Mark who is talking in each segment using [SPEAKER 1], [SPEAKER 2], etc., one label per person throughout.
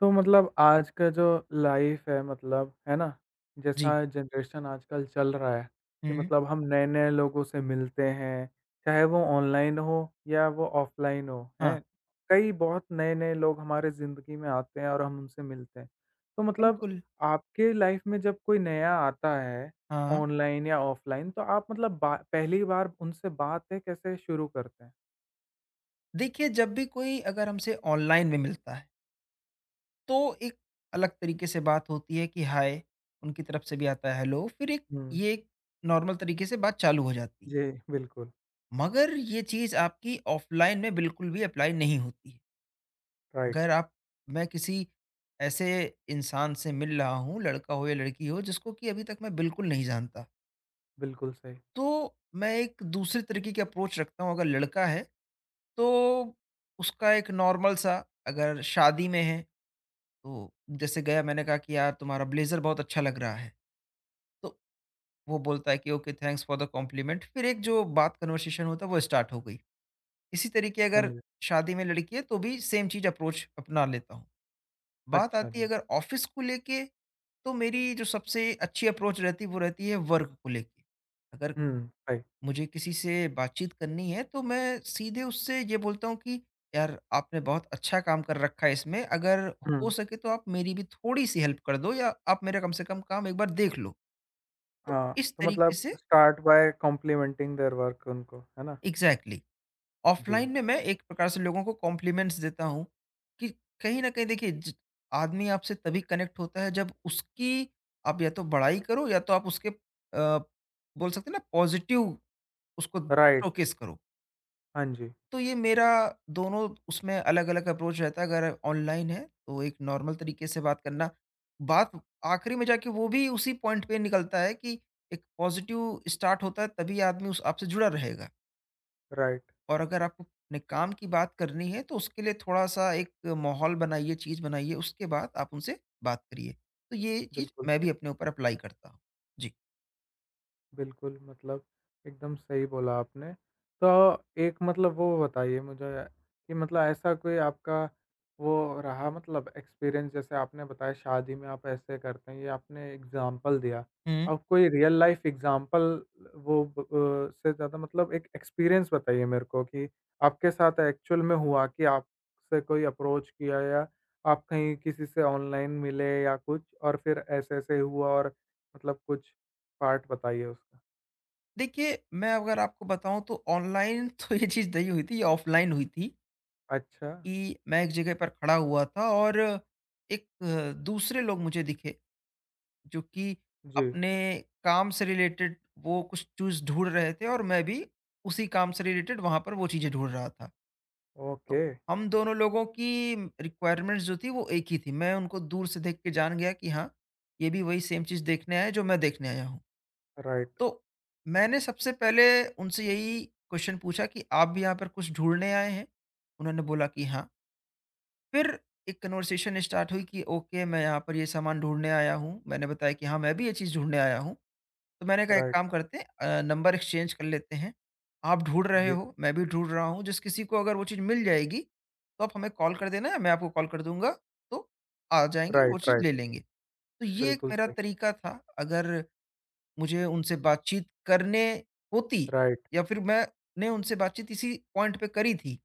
[SPEAKER 1] तो मतलब आज का जो लाइफ है मतलब, है ना?
[SPEAKER 2] जी।
[SPEAKER 1] जैसा जनरेशन आजकल चल रहा है कि
[SPEAKER 2] हुँ।
[SPEAKER 1] मतलब हम नए-नए लोगों से मिलते हैं, चाहे वो ऑनलाइन हो या वो ऑफ़लाइन हो,
[SPEAKER 2] हाँ।
[SPEAKER 1] हैं? कई बहुत नए-नए लोग हमारे ज़िंदगी में आते हैं और हम उनसे मिलते हैं। तो मतलब
[SPEAKER 2] बिल्कुल।
[SPEAKER 1] आपके लाइफ में जब कोई नया आता है,
[SPEAKER 2] हाँ।
[SPEAKER 1] ऑनलाइन या ऑफ़लाइन तो आप मतलब बा पहली बार उनसे बातें कैसे शुरू करते हैं?
[SPEAKER 2] देखिए, जब भी कोई अगर हमसे ऑनलाइन में मिलता है, तो एक अलग तरीके से बात होती है कि हाय, उनकी तरफ से भी आता है हेलो, फिर एक
[SPEAKER 1] हुँ,
[SPEAKER 2] ये एक नॉर्मल तरीके से बात चालू हो जाती है।
[SPEAKER 1] जी, बिल्कुल,
[SPEAKER 2] मगर ये चीज़ आपकी ऑफ़लाइन में बिल्कुल भी अप्लाई नहीं होती है। अगर
[SPEAKER 1] राइट,
[SPEAKER 2] आप मैं किसी ऐसे इंसान से मिल रहा हूँ, लड़का हो या लड़की हो, जिसको कि अभी तक मैं बिल्कुल नहीं जानता।
[SPEAKER 1] बिल्कुल सही।
[SPEAKER 2] तो मैं एक दूसरे तरीके की अप्रोच रखता हूँ। अगर लड़का है तो उसका एक नॉर्मल सा, अगर शादी में है तो जैसे गया मैंने कहा कि यार तुम्हारा ब्लेजर बहुत अच्छा लग रहा है, तो वो बोलता है कि okay thanks for the compliment. फिर एक जो बात कन्वर्सेशन होता है वो स्टार्ट हो गई। इसी तरीके
[SPEAKER 1] हाँ
[SPEAKER 2] अगर
[SPEAKER 1] जी,
[SPEAKER 2] शादी में लड़की है तो भी सेम चीज अप्रोच अपना लेता हूँ। बात
[SPEAKER 1] अच्छा
[SPEAKER 2] आती है
[SPEAKER 1] जी।
[SPEAKER 2] अगर ऑफिस को लेके, तो मेरी जो सबसे अच्छी अप्रोच रहती है वो रहती है वर्क को लेके। अगर
[SPEAKER 1] हुँ, सही।
[SPEAKER 2] मुझे किसी से बातचीत करनी है तो मैं सीधे उससे ये बोलता हूँ कि यार आपने बहुत अच्छा काम कर रखा है इसमें, अगर हो
[SPEAKER 1] हुँ,
[SPEAKER 2] सके तो आप मेरी भी थोड़ी सी हेल्प कर दो या आप मेरा कम से कम काम एक बार देख लो। तो
[SPEAKER 1] हाँ,
[SPEAKER 2] इस
[SPEAKER 1] तो
[SPEAKER 2] तरीके
[SPEAKER 1] मतलब
[SPEAKER 2] से,
[SPEAKER 1] start by complimenting their work उनको, है ना?
[SPEAKER 2] एग्जैक्टली,
[SPEAKER 1] जी,
[SPEAKER 2] ऑफलाइन में मैं एक प्रकार से लोगों को कॉम्प्लीमेंट्स देता हूँ कि कहीं ना कहीं देखिए आदमी आपसे तभी कनेक्ट होता है जब उसकी आप या तो बड़ाई करो या तो आप उसके बोल सकते हैं ना पॉजिटिव उसको
[SPEAKER 1] राइट,
[SPEAKER 2] शोकेस करो।
[SPEAKER 1] हाँ जी,
[SPEAKER 2] तो ये मेरा दोनों उसमें अलग-अलग अप्रोच रहता है। अगर ऑनलाइन है तो एक नॉर्मल तरीके से बात करना। बात आखिरी में जाके वो भी उसी पॉइंट पे निकलता है कि एक पॉज़िटिव स्टार्ट होता है तभी आदमी उस आपसे जुड़ा रहेगा।
[SPEAKER 1] राइट,
[SPEAKER 2] और अगर आपको अपने काम की बात करनी है तो उसके लिए थोड़ा-सा एक माहौल बनाइए, चीज़ बनाइए, उसके बाद आप उनसे बात करिए। तो ये चीज़
[SPEAKER 1] बिल्कुल
[SPEAKER 2] मैं भी
[SPEAKER 1] सही।
[SPEAKER 2] अपने ऊपर अप्लाई करता हूँ। जी।
[SPEAKER 1] बिल्कुल, मतलब एकदम सही बोला आपने। तो एक मतलब वो बताइए मुझे कि मतलब ऐसा कोई आपका वो रहा मतलब एक्सपीरियंस जैसे आपने बताया शादी में आप ऐसे करते हैं, ये आपने एग्ज़ाम्पल दिया।
[SPEAKER 2] हुँ।
[SPEAKER 1] आप कोई रियल लाइफ़ एग्ज़ाम्पल वो ब से ज़्यादा मतलब एक एक्सपीरियंस बताइए मेरे को कि आपके साथ एक्चुअल में हुआ कि आपसे कोई अप्रोच किया या आप कहीं किसी से ऑनलाइन मिले या कुछ और फिर ऐसे-ऐसे हुआ और मतलब कुछ पार्ट बताइए उसका?
[SPEAKER 2] देखिए, मैं अगर आपको बताऊँ तो ऑनलाइन तो ये चीज़ नहीं हुई थी, ये ऑफ़लाइन हुई थी।
[SPEAKER 1] अच्छा,
[SPEAKER 2] कि मैं एक जगह पर खड़ा हुआ था और एक दूसरे लोग मुझे दिखे जो कि
[SPEAKER 1] जी,
[SPEAKER 2] अपने काम से रिलेटेड वो कुछ चीज़ ढूंढ रहे थे और मैं भी उसी काम से रिलेटेड वहाँ पर वो चीज़ें ढूंढ रहा था। तो
[SPEAKER 1] ओके,
[SPEAKER 2] हम दोनों लोगों की रिक्वायरमेंट्स जो थी वो एक ही थी। मैं उनको दूर से देख के जान गया कि हाँ, ये भी वही सेम चीज़ देखने आए हैं जो मैं देखने आया हूँ।
[SPEAKER 1] राइट,
[SPEAKER 2] तो मैंने सबसे पहले उनसे यही क्वेश्चन पूछा कि आप भी यहाँ पर कुछ ढूँढने आए हैं? उन्होंने बोला कि हाँ। फिर एक कन्वर्सेशन स्टार्ट हुई कि ओके, मैं यहाँ पर ये सामान ढूँढने आया हूँ। मैंने बताया कि हाँ, मैं भी ये चीज़ ढूँढने आया हूँ। तो मैंने कहा एक
[SPEAKER 1] राइट,
[SPEAKER 2] काम करते हैं, नंबर एक्सचेंज कर लेते हैं। आप ढूँढ रहे
[SPEAKER 1] जी,
[SPEAKER 2] हो, मैं भी ढूँढ रहा हूँ। जिस किसी को अगर वो चीज़ मिल जाएगी, तो आप हमें कॉल कर देना, मैं आपको कॉल कर दूँगा, तो आ जाएँगे वो
[SPEAKER 1] राइट,
[SPEAKER 2] चीज़ ले
[SPEAKER 1] राइट,
[SPEAKER 2] लेंगे। तो ये एक
[SPEAKER 1] बिल्कुल
[SPEAKER 2] मेरा
[SPEAKER 1] सही,
[SPEAKER 2] तरीका था, अगर मुझे उनसे बातचीत करने होती।
[SPEAKER 1] राइट,
[SPEAKER 2] या फिर मैंने उनसे बातचीत इसी पॉइंट पे करी थी,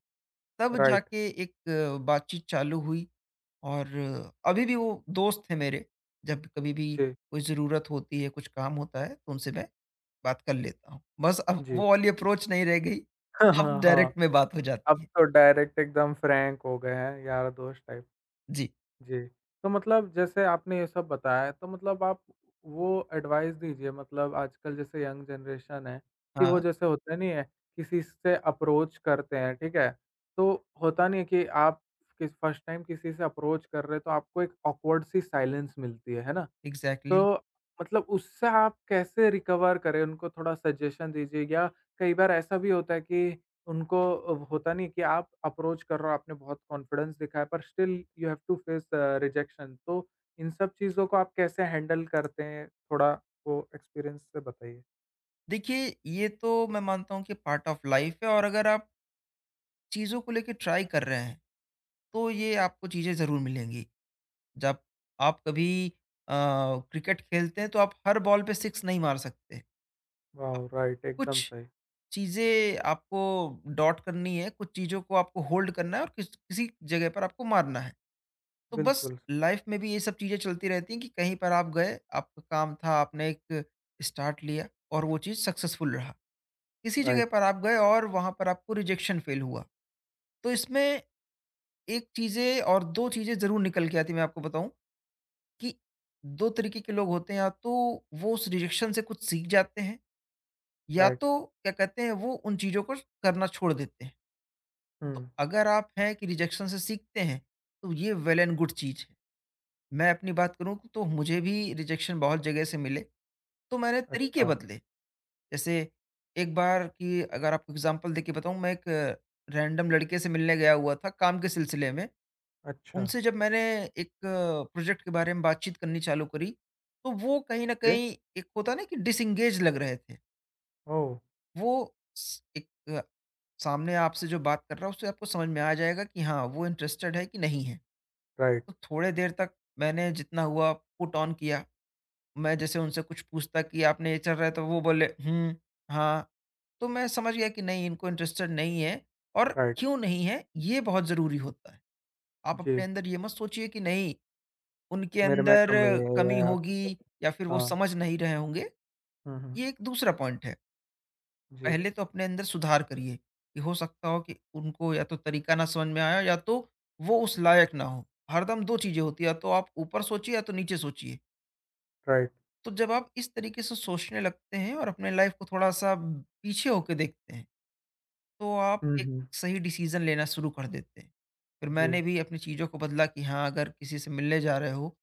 [SPEAKER 2] तब
[SPEAKER 1] राइट,
[SPEAKER 2] जाके एक बातचीत चालू हुई। और अभी भी वो दोस्त हैं मेरे। जब कभी भी
[SPEAKER 1] जी,
[SPEAKER 2] कोई ज़रूरत होती है, कुछ काम होता है, तो उनसे मैं बात कर लेता हूँ। बस अब
[SPEAKER 1] जी,
[SPEAKER 2] वो वाली अप्रोच नहीं रह गई,
[SPEAKER 1] हाँ,
[SPEAKER 2] अब
[SPEAKER 1] हाँ, हाँ,
[SPEAKER 2] डायरेक्ट में बात हो
[SPEAKER 1] अब
[SPEAKER 2] जाती है।
[SPEAKER 1] तो डायरेक्ट एकदम फ्रैंक हो गए हैं यार दोस्त टाइप,
[SPEAKER 2] जी।
[SPEAKER 1] जी। तो मतलब जैसे आपने ये सब बताया तो मतलब आप वो एडवाइस दीजिए मतलब आजकल जैसे यंग जनरेशन है कि वो
[SPEAKER 2] हाँ,
[SPEAKER 1] जैसे होता नहीं है, किसी से अप्रोच करते हैं, ठीक है? तो होता नहीं है कि आप किस फर्स्ट टाइम किसी से अप्रोच कर रहे हो तो आपको एक ऑकवर्ड सी साइलेंस मिलती है ना? तो
[SPEAKER 2] एग्ज़ैक्टली।
[SPEAKER 1] मतलब उससे आप कैसे रिकवर करें? उनको थोड़ा सजेशन दीजिए या कई बार ऐसा भी होता है कि उनको होता नहीं कि आप अप्रोच कर रहे हो, आपने बहुत कॉन्फिडेंस दिखाया पर still you have to face rejection तो इन सब चीज़ों को आप कैसे हैंडल करते हैं? थोड़ा वो एक्सपीरियंस से बताइए।
[SPEAKER 2] देखिए, ये तो मैं मानता हूँ कि पार्ट ऑफ लाइफ़ है, और अगर आप चीज़ों को लेके ट्राई कर रहे हैं, तो ये आपको चीज़ें ज़रूर मिलेंगी। जब आप कभी अ, क्रिकेट खेलते हैं, तो आप हर बॉल पे सिक्स नहीं मार सकते। आप
[SPEAKER 1] वाओ! राइट, एकदम
[SPEAKER 2] कुछ
[SPEAKER 1] सही।
[SPEAKER 2] चीज़ें आपको डॉट करनी है, कुछ चीज़ों को आपको होल्ड करना है, और किस किसी जगह पर आपको मारना है। तो बस
[SPEAKER 1] बिल्कुल सही।
[SPEAKER 2] लाइफ में भी ये सब चीज़ें चलती रहती हैं कि कहीं पर आप गए, आपका काम था, आपने एक स्टार्ट लिया और वो चीज़ सक्सेसफुल रहा। किसी जगह
[SPEAKER 1] राइट,
[SPEAKER 2] पर आप गए और वहाँ पर आपको रिजेक्शन फ़ेल हुआ। तो इसमें एक चीज़ें और 2 चीज़ें ज़रूर निकल के आती हैं, मैं आपको बताऊँ कि 2 तरीके के लोग होते हैं, या तो वो उस रिजेक्शन से कुछ सीख जाते हैं, या
[SPEAKER 1] राइट।
[SPEAKER 2] तो क्या कहते हैं, वो उन चीज़ों को करना छोड़ देते हैं।
[SPEAKER 1] हुँ,
[SPEAKER 2] तो अगर आप हैं कि रिजेक्शन से सीखते हैं, तो ये वेल एंड गुड चीज़ है। मैं अपनी बात करूँ तो मुझे भी रिजेक्शन बहुत जगह से मिले, तो मैंने तरीके
[SPEAKER 1] अच्छा,
[SPEAKER 2] बदले। जैसे एक बार की अगर आपको एग्ज़ाम्पल देके बताऊँ, मैं एक रैंडम लड़के से मिलने गया हुआ था काम के सिलसिले में।
[SPEAKER 1] अच्छा।
[SPEAKER 2] उनसे जब मैंने एक प्रोजेक्ट के बारे में बातचीत करनी चालू करी, तो वो कहीं न
[SPEAKER 1] ओके।
[SPEAKER 2] कहीं, एक होता है ना कि डिसएंगेज लग रहे थे।
[SPEAKER 1] ओह!
[SPEAKER 2] वो स एक अ, सामने आपसे जो बात कर रहा है उससे आपको समझ में आ जाएगा कि हाँ, वो इंटरेस्टेड है कि नहीं है।
[SPEAKER 1] राइट,
[SPEAKER 2] तो थोड़े देर तक मैंने जितना हुआ पुट ऑन किया। मैं जैसे उनसे कुछ पूछता कि आपने ये चल रहा है तो वो बोले हुँ, हाँ। तो मैं समझ गया कि नहीं, इनको इंटरेस्टेड नहीं है और
[SPEAKER 1] राइट।
[SPEAKER 2] क्यों नहीं है, ये बहुत ज़रूरी होता है। आप अपने
[SPEAKER 1] जी,
[SPEAKER 2] अंदर ये मत सोचिए कि नहीं, उनके
[SPEAKER 1] मेरे में
[SPEAKER 2] अंदर
[SPEAKER 1] कमी है
[SPEAKER 2] कमी
[SPEAKER 1] या कुछ
[SPEAKER 2] होगी या फिर
[SPEAKER 1] ऐसा।
[SPEAKER 2] वो
[SPEAKER 1] हाँ।
[SPEAKER 2] समझ नहीं रहे होंगे।
[SPEAKER 1] हुँ, हुँ।
[SPEAKER 2] ये एक दूसरा पॉइंट है।
[SPEAKER 1] जी,
[SPEAKER 2] पहले तो अपने अंदर सुधार करिए कि हो सकता हो कि उनको या तो तरीका ना समझ में आया, या तो वो उस लायक ना हो। हरदम 2 चीज़ें होती हैं, या तो आप ऊपर सोचिए या तो नीचे सोचिए।
[SPEAKER 1] राइट।
[SPEAKER 2] तो जब आप इस तरीके से सोचने लगते हैं और अपने लाइफ को थोड़ा-सा पीछे होके देखते हैं, तो आप
[SPEAKER 1] हुँ,
[SPEAKER 2] एक
[SPEAKER 1] हुँ।
[SPEAKER 2] सही डिसीज़न लेना शुरू कर देते हैं। फिर मैंने
[SPEAKER 1] जी,
[SPEAKER 2] भी अपनी चीज़ों को बदला कि हाँ, अगर किसी से मिलने जा रहे हो,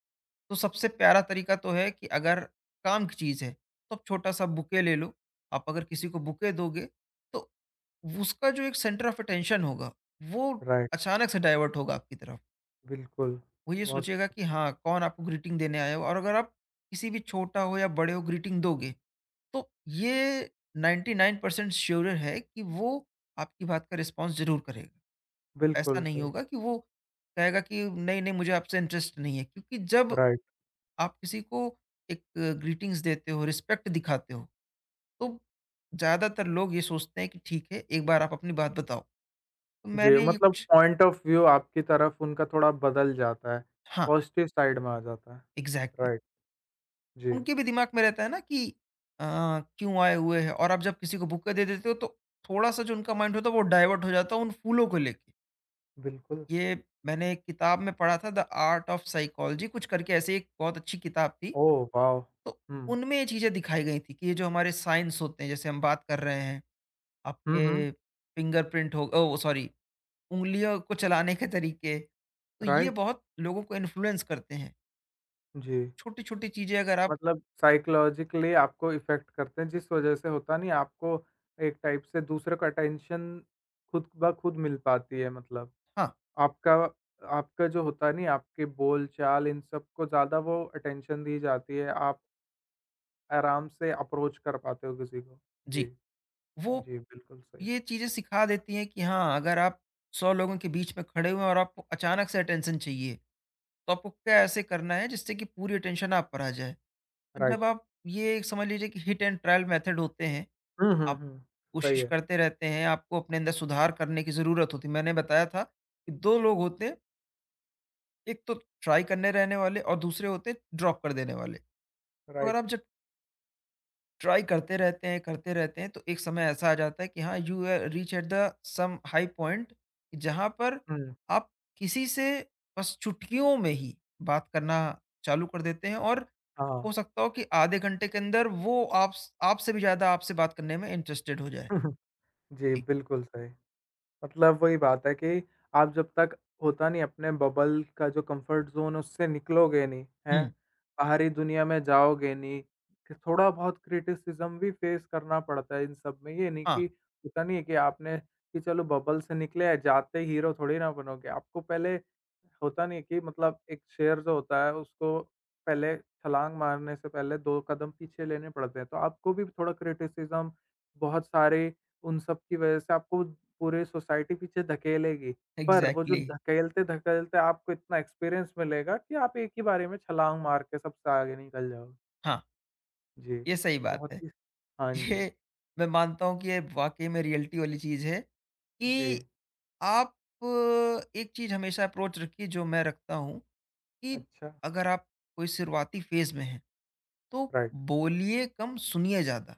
[SPEAKER 2] तो सबसे प्यारा तरीका तो है कि अगर काम की चीज़ है, तो आप छोटा-सा बुके ले लो। आप अगर किसी को बुके दोगे, तो उसका जो एक सेंटर ऑफ अटेंशन होगा, वो
[SPEAKER 1] राइट,
[SPEAKER 2] अचानक से डाइवर्ट होगा आपकी तरफ।
[SPEAKER 1] बिल्कुल।
[SPEAKER 2] वो ये
[SPEAKER 1] बहुत
[SPEAKER 2] सोचेगा कि हाँ, कौन आपको ग्रीटिंग देने आया हो, और अगर आप किसी भी, छोटा हो या बड़े हो, ग्रीटिंग दोगे, तो ये 99% श्योर है कि वो आपकी बात का रिस्पॉन्स ज़रूर करेगा। ऐसा
[SPEAKER 1] बिल्कुल
[SPEAKER 2] नहीं
[SPEAKER 1] सही,
[SPEAKER 2] होगा कि वो कहेगा कि नहीं-नहीं मुझे आपसे इंटरेस्ट नहीं है, क्योंकि जब
[SPEAKER 1] राइट।
[SPEAKER 2] आप किसी को एक ग्रीटिंग्स देते हो, रिस्पेक्ट दिखाते हो, तो ज़्यादातर लोग ये सोचते हैं कि ठीक है, एक बार आप अपनी बात बताओ। तो
[SPEAKER 1] जी,
[SPEAKER 2] मैंने ये
[SPEAKER 1] मतलब
[SPEAKER 2] कुछ,
[SPEAKER 1] पॉइंट ऑफ व्यू आपकी तरफ उनका थोड़ा बदल जाता है,
[SPEAKER 2] हाँ,
[SPEAKER 1] पॉज़िटिव साइड में आ जाता है।
[SPEAKER 2] एग्ज़ैक्टली।
[SPEAKER 1] राइट, जी,
[SPEAKER 2] उनके भी दिमाग में रहता है ना कि अ, क्यों आए हुए हैं, और आप जब किसी को बुक के दे देते हो तो थोड़ा-सा जो उनका माइंड होता है वो डाइवर्ट हो जाता है उन फूलों को लेके।
[SPEAKER 1] बिल्कुल।
[SPEAKER 2] ये मैंने एक किताब में पढ़ा था, द आर्ट ऑफ साइकोलॉजी कुछ करके ऐसे, एक बहुत अच्छी किताब थी।
[SPEAKER 1] Oh wow!
[SPEAKER 2] तो
[SPEAKER 1] हुँ।
[SPEAKER 2] उनमें ये चीज़ें दिखाई गई थी कि ये जो हमारे साइंस होते हैं, जैसे हम बात कर रहे हैं,
[SPEAKER 1] हुँ, हुँ,
[SPEAKER 2] आपके फिंगरप्रिंट हो, ओह! सॉरी, उँगलियों को चलाने के तरीके, तो ये
[SPEAKER 1] राइट,
[SPEAKER 2] बहुत लोगों को इन्फ्लुएंस करते हैं।
[SPEAKER 1] जी।
[SPEAKER 2] छोटी-छोटी चीज़ें अगर आप,
[SPEAKER 1] मतलब साइकोलॉजिकली आपको इफ़ेक्ट करते हैं, जिस वजह से होता नहीं आपको एक टाइप से दूसरे को अटेंशन खुद ब खुद मिल पाती है मतलब।
[SPEAKER 2] हाँ,
[SPEAKER 1] आपका आपका जो होता है नहीं आपके बोल-चाल इन सब को ज़्यादा वो अटेंशन दी जाती है, आप आराम से अप्रोच कर पाते हो किसी को। जी,
[SPEAKER 2] जी। वो
[SPEAKER 1] जी, बिल्कुल सही,
[SPEAKER 2] ये चीज़ें सिखा देती हैं कि हाँ, अगर आप 100 लोगों के बीच में खड़े हुए हैं और आपको अचानक से अटेंशन चाहिए, तो आपको क्या ऐसे करना है जिससे कि पूरी अटेंशन आप पर आ जाए। तो जब
[SPEAKER 1] राइट।
[SPEAKER 2] आप ये समझ लीजिए कि हिट एंड ट्रायल मेथड होते हैं,
[SPEAKER 1] हुँ, हुँ,
[SPEAKER 2] आप
[SPEAKER 1] हुँ, सही
[SPEAKER 2] कोशिश
[SPEAKER 1] है,
[SPEAKER 2] करते रहते हैं, आपको अपने अंदर सुधार करने की ज़रूरत होती है। मैंने बताया था कि 2 लोग होते हैं, एक तो ट्राई करने रहने वाले और दूसरे होते हैं ड्रॉप कर देने वाले। अगर
[SPEAKER 1] राइट।
[SPEAKER 2] आप जब ट्राई करते रहते हैं, तो एक समय ऐसा आ जाता है कि हाँ, you reach at the some high point, जहाँ पर
[SPEAKER 1] हुँ,
[SPEAKER 2] आप किसी से बस चुटकियों में ही बात करना चालू कर देते हैं, और
[SPEAKER 1] हाँ।
[SPEAKER 2] हो सकता हो कि आधे घंटे के अंदर वो आप स आपसे भी ज़्यादा आपसे बात करने में इंटरेस्टेड हो जाए।
[SPEAKER 1] जी,
[SPEAKER 2] जी।
[SPEAKER 1] बिल्कुल सही। मतलब वही बात है कि आप जब तक होता नहीं अपने बबल का जो कंफर्ट ज़ोन है उससे निकलोगे नहीं, हैं?
[SPEAKER 2] हुँ।
[SPEAKER 1] बाहरी दुनिया में जाओगे नहीं, कि थोड़ा बहुत क्रिटिसिज़्म भी फेस करना पड़ता है इन सब में। ये नहीं
[SPEAKER 2] हाँ,
[SPEAKER 1] कि होता नहीं है कि आपने कि चलो बबल से निकले हैं, जाते ही हीरो थोड़ी ना बनोगे। आपको पहले होता नहीं है कि मतलब एक शेर जो होता है उसको पहले छलांग मारने से पहले 2 कदम पीछे लेने पड़ते हैं। तो आपको भी थोड़ा क्रिटिसिज़्म बहुत सारे उन सब की वजह से आपको पूरी सोसाइटी पीछे धकेलेगी। पर वो जो
[SPEAKER 2] एग्ज़ैक्टली।
[SPEAKER 1] धकेलते-धकेलते आपको इतना एक्सपीरियंस मिलेगा कि आप एक ही बारी में छलांग मार के सबसे आगे निकल जाओगे।
[SPEAKER 2] हाँ,
[SPEAKER 1] जी,
[SPEAKER 2] ये सही बात
[SPEAKER 1] बहुत
[SPEAKER 2] है।
[SPEAKER 1] ही हाँ जी,
[SPEAKER 2] ये मैं मानता हूँ कि ये वाक़ई में रियलिटी वाली चीज़ है
[SPEAKER 1] जी।
[SPEAKER 2] कि आप, अ, एक चीज़ हमेशा अप्रोच रखिए जो मैं रखता हूँ, कि
[SPEAKER 1] अच्छा,
[SPEAKER 2] अगर आप कोई शुरुआती फेज में हैं तो
[SPEAKER 1] राइट।
[SPEAKER 2] बोलिए कम, सुनिए ज्यादा।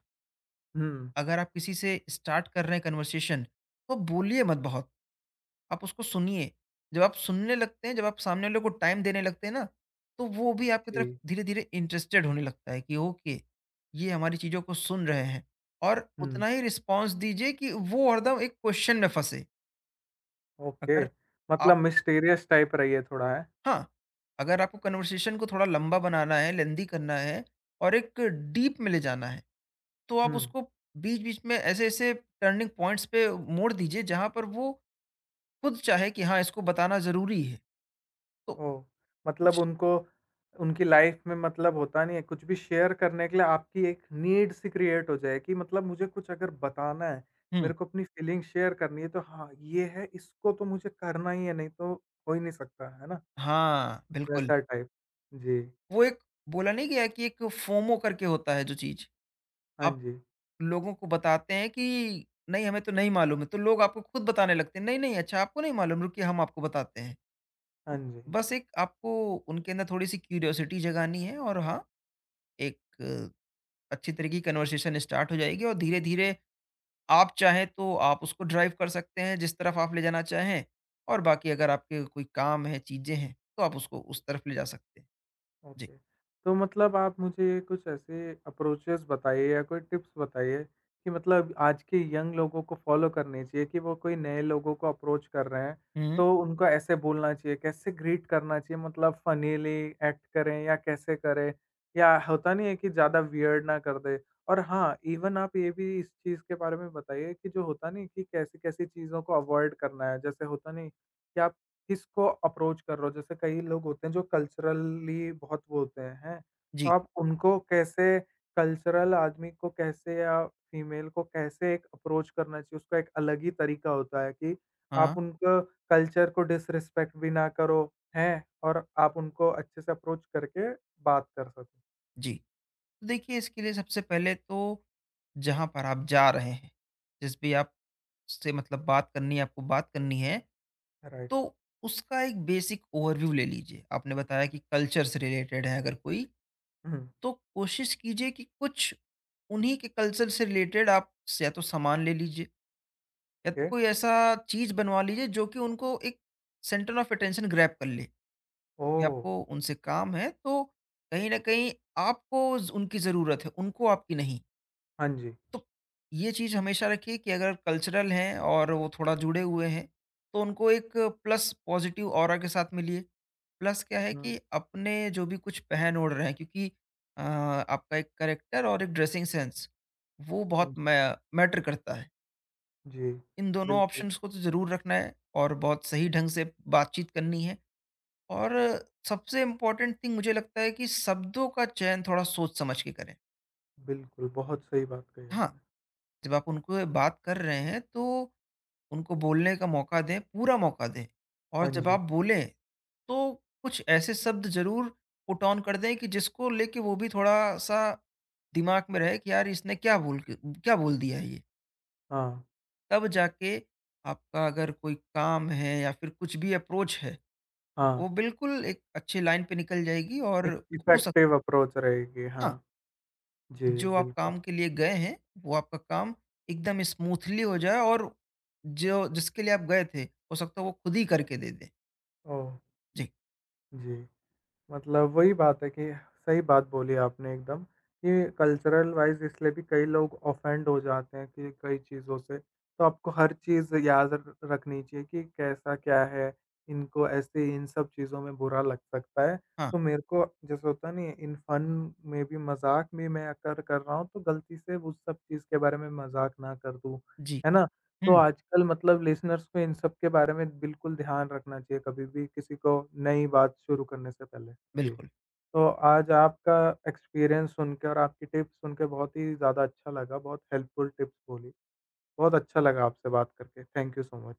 [SPEAKER 1] हुँ,
[SPEAKER 2] अगर आप किसी से स्टार्ट कर रहे हैं कन्वर्सेशन, तो बोलिए मत बहुत, आप उसको सुनिए। जब आप सुनने लगते हैं, जब आप सामने वाले को टाइम देने लगते हैं ना, तो वो भी आपकी तरफ
[SPEAKER 1] जी।
[SPEAKER 2] धीरे धीरे इंटरेस्टेड होने लगता है कि ओके, ये हमारी चीज़ों को सुन रहे हैं। और
[SPEAKER 1] हुँ,
[SPEAKER 2] उतना ही रिस्पॉन्स दीजिए कि वो हरदम एक क्वेश्चन में फंसे।
[SPEAKER 1] ओके।
[SPEAKER 2] अगर,
[SPEAKER 1] मतलब मिस्टीरियस टाइप रही है थोड़ा है?
[SPEAKER 2] हाँ, अगर आपको कन्वर्सेशन को थोड़ा लंबा बनाना है, लेंदी करना है और एक डीप में ले जाना है, तो आप
[SPEAKER 1] हुँ।
[SPEAKER 2] उसको बीच-बीच में ऐसे-ऐसे टर्निंग पॉइंट्स पे मोड़ दीजिए जहाँ पर वो खुद चाहे कि हाँ, इसको बताना ज़रूरी है। तो
[SPEAKER 1] ओह! मतलब
[SPEAKER 2] कुछ,
[SPEAKER 1] उनको उनकी लाइफ़ में मतलब होता नहीं है, कुछ भी शेयर करने के लिए आपकी एक नीड सी क्रिएट हो जाए कि मतलब मुझे कुछ अगर बताना है,
[SPEAKER 2] हुँ,
[SPEAKER 1] मेरे को अपनी फ़ीलिंग शेयर करनी है, तो हाँ, ये है, इसको तो मुझे करना ही है, नहीं तो हो ही नहीं सकता, है ना?
[SPEAKER 2] हाँ, बिल्कुल।
[SPEAKER 1] वैसा टाइप। जी।
[SPEAKER 2] वो एक बोला नहीं गया है कि एक फोमो करके होता है जो चीज़,
[SPEAKER 1] हाँ
[SPEAKER 2] आप
[SPEAKER 1] जी।
[SPEAKER 2] लोगों को बताते हैं कि नहीं, हमें तो नहीं मालूम है, तो लोग आपको खुद बताने लगते हैं, नहीं, नहीं, अच्छा आपको नहीं मालूम, रुकिए हम आपको बताते हैं।
[SPEAKER 1] हाँ
[SPEAKER 2] तो
[SPEAKER 1] जी।
[SPEAKER 2] बस एक आपको उनके अंदर थोड़ी-सी क्यूरियोसिटी जगानी है और हाँ, एक अच्छी तरह की कन्वर्सेशन स्टार्ट हो जाएगी और धीरे-धीरे आप चाहें तो आप उसको ड्राइव कर सकते हैं जिस तरफ आप ले जाना चाहें, और बाकी अगर आपके कोई काम है, चीज़ें हैं, तो आप उसको उस तरफ ले जा सकते हैं। जी।
[SPEAKER 1] ओके। तो मतलब आप मुझे कुछ ऐसे अप्रोचेज़ बताइए या कोई टिप्स बताइए कि मतलब आज के यंग लोगों को फ़ॉलो करने चाहिए कि वो कोई नए लोगों को अप्रोच कर रहे हैं,
[SPEAKER 2] हुँ।
[SPEAKER 1] तो उनको ऐसे बोलना चाहिए, कैसे ग्रीट करना चाहिए मतलब फ़नीली एक्ट करें या कैसे करें? या होता नहीं है कि ज़्यादा वियर्ड ना कर दें? और हाँ, इवन आप ये भी इस चीज़ के बारे में बताइए कि जो होता नहीं कि कैसी-कैसी चीज़ों को अवॉइड करना है? जैसे होता नहीं कि आप किसको अप्रोच कर रहे हो? जैसे कई लोग होते हैं जो कल्चरली बहुत वो होते हैं, हैं? तो
[SPEAKER 2] जी।
[SPEAKER 1] आप उनको कैसे कल्चरल आदमी को कैसे या फीमेल को कैसे एक अप्रोच करना चाहिए? उसका एक अलग ही तरीका होता है कि आप
[SPEAKER 2] हाँ,
[SPEAKER 1] उनका कल्चर को डिसरिस्पेक्ट भी ना करो, हैं? और आप उनको अच्छे से अप्रोच करके बात कर सको।
[SPEAKER 2] जी। तो देखिए, इसके लिए सबसे पहले तो जहाँ पर आप जा रहे हैं, जिस भी आपसे मतलब बात करनी है, आपको बात करनी है,
[SPEAKER 1] राइट।
[SPEAKER 2] तो उसका एक बेसिक ओवरव्यू ले लीजिए। आपने बताया कि कल्चर से रिलेटेड है अगर कोई,
[SPEAKER 1] हुँ,
[SPEAKER 2] तो कोशिश कीजिए कि कुछ उन्हीं के कल्चर से रिलेटेड आप स या तो सामान ले लीजिए या तो
[SPEAKER 1] ओके।
[SPEAKER 2] कोई ऐसा चीज़ बनवा लीजिए जो कि उनको एक सेंटर ऑफ अटेंशन ग्रैब कर ले, कि
[SPEAKER 1] ओह!
[SPEAKER 2] आपको उनसे काम है तो कहीं न कहीं आपको ज़ उनकी ज़रूरत है, उनको आपकी नहीं।
[SPEAKER 1] हाँ जी।
[SPEAKER 2] तो ये चीज़ हमेशा रखिए कि अगर कल्चरल हैं और वो थोड़ा जुड़े हुए हैं, तो उनको एक प्लस पॉज़िटिव ऑरा के साथ मिलिए। प्लस क्या है
[SPEAKER 1] हुँ,
[SPEAKER 2] कि अपने जो भी कुछ पहन ओढ़ रहे हैं, क्योंकि आपका एक करेक्टर और एक ड्रेसिंग सेंस वो
[SPEAKER 1] हाँ
[SPEAKER 2] बहुत
[SPEAKER 1] जी।
[SPEAKER 2] मैटर करता है।
[SPEAKER 1] जी,
[SPEAKER 2] इन दोनों
[SPEAKER 1] बिल्कुल,
[SPEAKER 2] ऑप्शंस को तो ज़रूर रखना है और बहुत सही ढंग से बातचीत करनी है, और सबसे इम्पोर्टेंट थिंग मुझे लगता है कि शब्दों का चयन थोड़ा सोच समझ के करें।
[SPEAKER 1] बिल्कुल। बहुत सही बात कही
[SPEAKER 2] हाँ,
[SPEAKER 1] आपने।
[SPEAKER 2] जब आप उनको बात कर रहे हैं तो उनको बोलने का मौका दें, पूरा मौका दें, और
[SPEAKER 1] हाँ
[SPEAKER 2] जब
[SPEAKER 1] जी।
[SPEAKER 2] आप बोलें, तो कुछ ऐसे शब्द ज़रूर पुट ऑन कर दें कि जिसको लेके वो भी थोड़ा-सा दिमाग में रहे कि यार इसने क्या बोल के क्या बोल दिया है ये?
[SPEAKER 1] हाँ,
[SPEAKER 2] तब जाके आपका अगर कोई काम है या फिर कुछ भी अप्रोच है,
[SPEAKER 1] हाँ।
[SPEAKER 2] वो बिल्कुल एक अच्छी लाइन पे निकल जाएगी और,
[SPEAKER 1] एक
[SPEAKER 2] हो
[SPEAKER 1] इफेक्टिव
[SPEAKER 2] सकता है,
[SPEAKER 1] अप्रोच रहेगी,
[SPEAKER 2] हाँ,
[SPEAKER 1] हाँ। जी,
[SPEAKER 2] जो आप
[SPEAKER 1] बिल्कुल।
[SPEAKER 2] काम के लिए गए हैं, वो आपका काम एकदम स्मूथली हो जाए और जो जिसके लिए आप गए थे, हो सकता है वो खुद ही करके दे दें।
[SPEAKER 1] ओह!
[SPEAKER 2] जी।
[SPEAKER 1] जी। मतलब वही बात है कि सही बात बोली आपने एकदम कि कल्चरल वाइज इसलिए भी कई लोग ऑफेंड हो जाते हैं कि कई चीज़ों से। तो आपको हर चीज़ याद र रखनी चाहिए कि कैसा क्या है, इनको ऐसे इन सब चीज़ों में बुरा लग सकता है।
[SPEAKER 2] हाँ।
[SPEAKER 1] तो मेरे को जैसे होता नहीं है इन फन में भी मज़ाक में मैं अगर कर रहा हूँ तो गलती से उस सब चीज़ के बारे में मज़ाक ना कर दूँ,
[SPEAKER 2] जी।
[SPEAKER 1] है ना? तो
[SPEAKER 2] हुँ।
[SPEAKER 1] आजकल मतलब लिसनर्स को इन सब के बारे में बिल्कुल ध्यान रखना चाहिए कभी भी किसी को नई बात शुरू करने से पहले। जी,
[SPEAKER 2] बिल्कुल।
[SPEAKER 1] तो आज आपका एक्सपीरियंस सुनकर और आपकी टिप्स सुनकर बहुत ही ज़्यादा अच्छा लगा, बहुत हेल्पफुल टिप्स बोली। बहुत अच्छा लगा आपसे बात करके। Thank you so much.